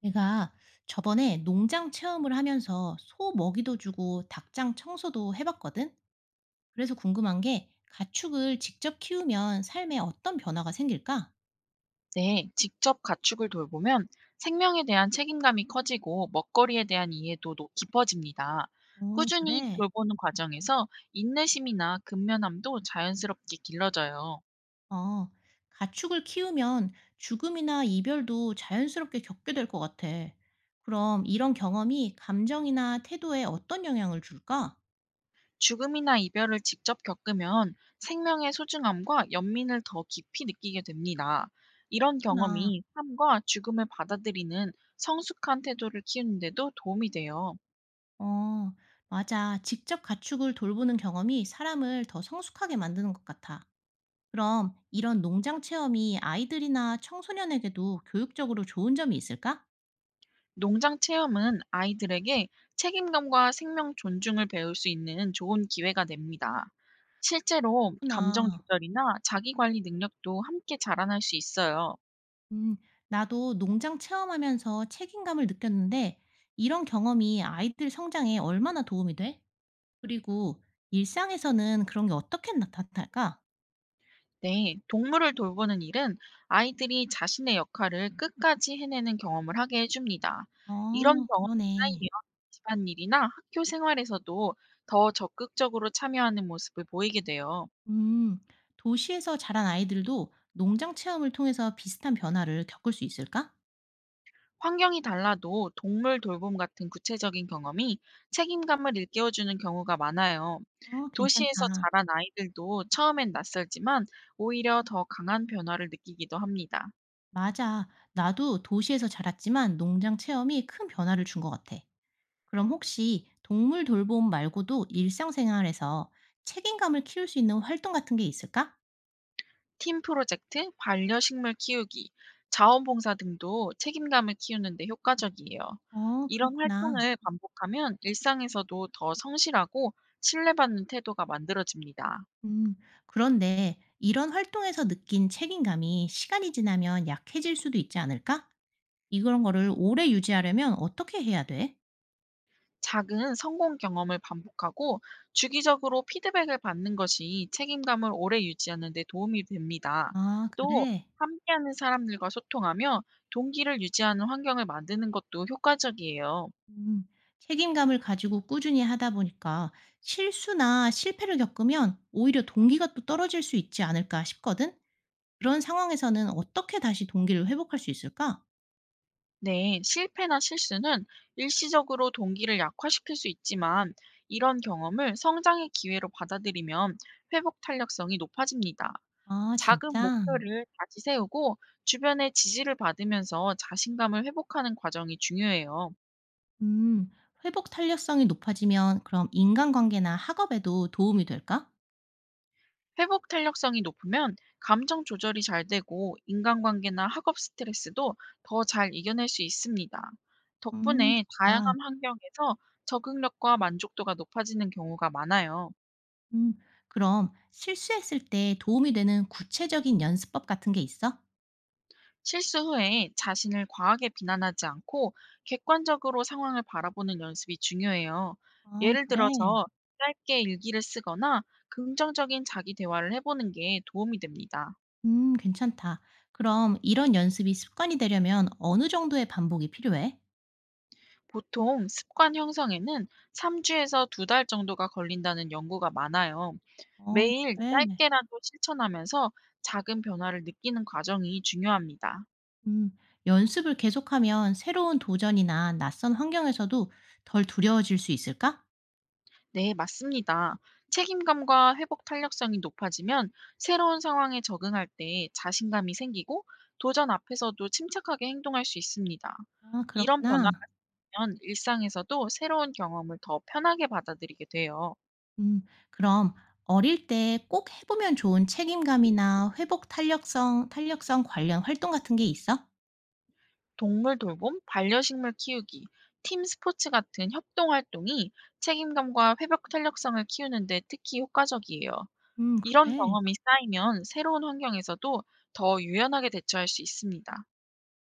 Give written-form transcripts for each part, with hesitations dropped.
내가 저번에 농장 체험을 하면서 소 먹이도 주고 닭장 청소도 해봤거든? 그래서 궁금한 게 가축을 직접 키우면 삶에 어떤 변화가 생길까? 네, 직접 가축을 돌보면 생명에 대한 책임감이 커지고 먹거리에 대한 이해도 깊어집니다. 어, 꾸준히 그래. 돌보는 과정에서 인내심이나 근면함도 자연스럽게 길러져요. 어, 가축을 키우면 죽음이나 이별도 자연스럽게 겪게 될 것 같아. 그럼 이런 경험이 감정이나 태도에 어떤 영향을 줄까? 죽음이나 이별을 직접 겪으면 생명의 소중함과 연민을 더 깊이 느끼게 됩니다. 이런 그렇구나. 경험이 삶과 죽음을 받아들이는 성숙한 태도를 키우는데도 도움이 돼요. 어, 맞아. 직접 가축을 돌보는 경험이 사람을 더 성숙하게 만드는 것 같아. 그럼 이런 농장 체험이 아이들이나 청소년에게도 교육적으로 좋은 점이 있을까? 농장 체험은 아이들에게 책임감과 생명 존중을 배울 수 있는 좋은 기회가 됩니다. 실제로 감정 구나. 조절이나 자기 관리 능력도 함께 자라날 수 있어요. 음, 나도 농장 체험하면서 책임감을 느꼈는데 이런 경험이 아이들 성장에 얼마나 도움이 돼? 그리고 일상에서는 그런 게 어떻게 나타날까? 네, 동물을 돌보는 일은 아이들이 자신의 역할을 끝까지 해내는 경험을 하게 해줍니다. 이런 어, 경험이 그러네. 쌓이면 집안일이나 학교 생활에서도 더 적극적으로 참여하는 모습을 보이게 돼요. 음, 도시에서 자란 아이들도 농장 체험을 통해서 비슷한 변화를 겪을 수 있을까? 환경이 달라도 동물 돌봄 같은 구체적인 경험이 책임감을 일깨워주는 경우가 많아요. 어, 도시에서 괜찮다. 자란 아이들도 처음엔 낯설지만 오히려 더 강한 변화를 느끼기도 합니다. 맞아. 나도 도시에서 자랐지만 농장 체험이 큰 변화를 준 것 같아. 그럼 혹시 동물 돌봄 말고도 일상생활에서 책임감을 키울 수 있는 활동 같은 게 있을까? 팀 프로젝트, 반려식물 키우기, 자원봉사 등도 책임감을 키우는데 효과적이에요. 어, 이런 그렇구나. 활동을 반복하면 일상에서도 더 성실하고 신뢰받는 태도가 만들어집니다. 음, 그런데 이런 활동에서 느낀 책임감이 시간이 지나면 약해질 수도 있지 않을까? 이런 거를 오래 유지하려면 어떻게 해야 돼? 작은 성공 경험을 반복하고 주기적으로 피드백을 받는 것이 책임감을 오래 유지하는 데 도움이 됩니다. 아, 또 그래. 함께하는 사람들과 소통하며 동기를 유지하는 환경을 만드는 것도 효과적이에요. 음, 책임감을 가지고 꾸준히 하다 보니까 실수나 실패를 겪으면 오히려 동기가 또 떨어질 수 있지 않을까 싶거든? 그런 상황에서는 어떻게 다시 동기를 회복할 수 있을까? 네, 실패나 실수는 일시적으로 동기를 약화시킬 수 있지만 이런 경험을 성장의 기회로 받아들이면 회복 탄력성이 높아집니다. 아, 작은 진짜? 목표를 다시 세우고 주변의 지지를 받으면서 자신감을 회복하는 과정이 중요해요. 음, 회복 탄력성이 높아지면 그럼 인간관계나 학업에도 도움이 될까? 회복 탄력성이 높으면 감정 조절이 잘 되고 인간관계나 학업 스트레스도 더 잘 이겨낼 수 있습니다. 덕분에 좋다. 다양한 환경에서 적응력과 만족도가 높아지는 경우가 많아요. 음, 그럼 실수했을 때 도움이 되는 구체적인 연습법 같은 게 있어? 실수 후에 자신을 과하게 비난하지 않고 객관적으로 상황을 바라보는 연습이 중요해요. 아, 예를 그래. 들어서 짧게 일기를 쓰거나 긍정적인 자기 대화를 해보는 게 도움이 됩니다. 괜찮다. 그럼 이런 연습이 습관이 되려면 어느 정도의 반복이 필요해? 보통 습관 형성에는 3주에서 2달 정도가 걸린다는 연구가 많아요. 어, 매일 그래. 짧게라도 실천하면서 작은 변화를 느끼는 과정이 중요합니다. 음, 연습을 계속하면 새로운 도전이나 낯선 환경에서도 덜 두려워질 수 있을까? 네, 맞습니다. 책임감과 회복 탄력성이 높아지면 새로운 상황에 적응할 때 자신감이 생기고 도전 앞에서도 침착하게 행동할 수 있습니다. 아, 이런 그렇구나. 변화가 생기면 일상에서도 새로운 경험을 더 편하게 받아들이게 돼요. 음, 그럼 어릴 때 꼭 해보면 좋은 책임감이나 회복 탄력성, 관련 활동 같은 게 있어? 동물 돌봄, 반려식물 키우기, 팀 스포츠 같은 협동 활동이 책임감과 회복 탄력성을 키우는데 특히 효과적이에요. 이런 그래. 경험이 쌓이면 새로운 환경에서도 더 유연하게 대처할 수 있습니다.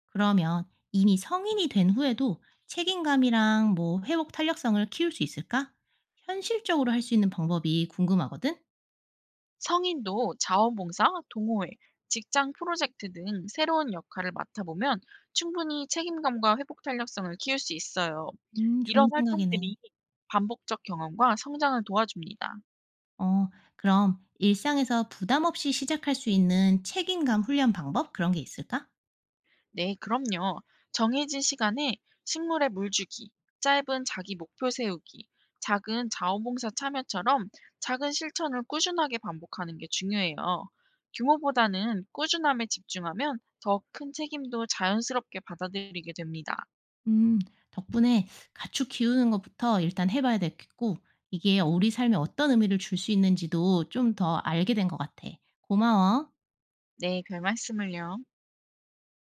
그러면 이미 성인이 된 후에도 책임감이랑 뭐 회복 탄력성을 키울 수 있을까? 현실적으로 할 수 있는 방법이 궁금하거든? 성인도 자원봉사, 동호회, 직장 프로젝트 등 새로운 역할을 맡아보면 충분히 책임감과 회복 탄력성을 키울 수 있어요. 이런 좋은 생각이네. 활동들이 반복적 경험과 성장을 도와줍니다. 어, 그럼 일상에서 부담 없이 시작할 수 있는 책임감 훈련 방법? 그런 게 있을까? 네, 그럼요. 정해진 시간에 식물에 물 주기, 짧은 자기 목표 세우기, 작은 자원봉사 참여처럼 작은 실천을 꾸준하게 반복하는 게 중요해요. 규모보다는 꾸준함에 집중하면 더 큰 책임도 자연스럽게 받아들이게 됩니다. 음, 덕분에 가축 키우는 것부터 일단 해봐야 되겠고, 이게 우리 삶에 어떤 의미를 줄 수 있는지도 좀 더 알게 된 것 같아. 고마워. 네, 별 말씀을요.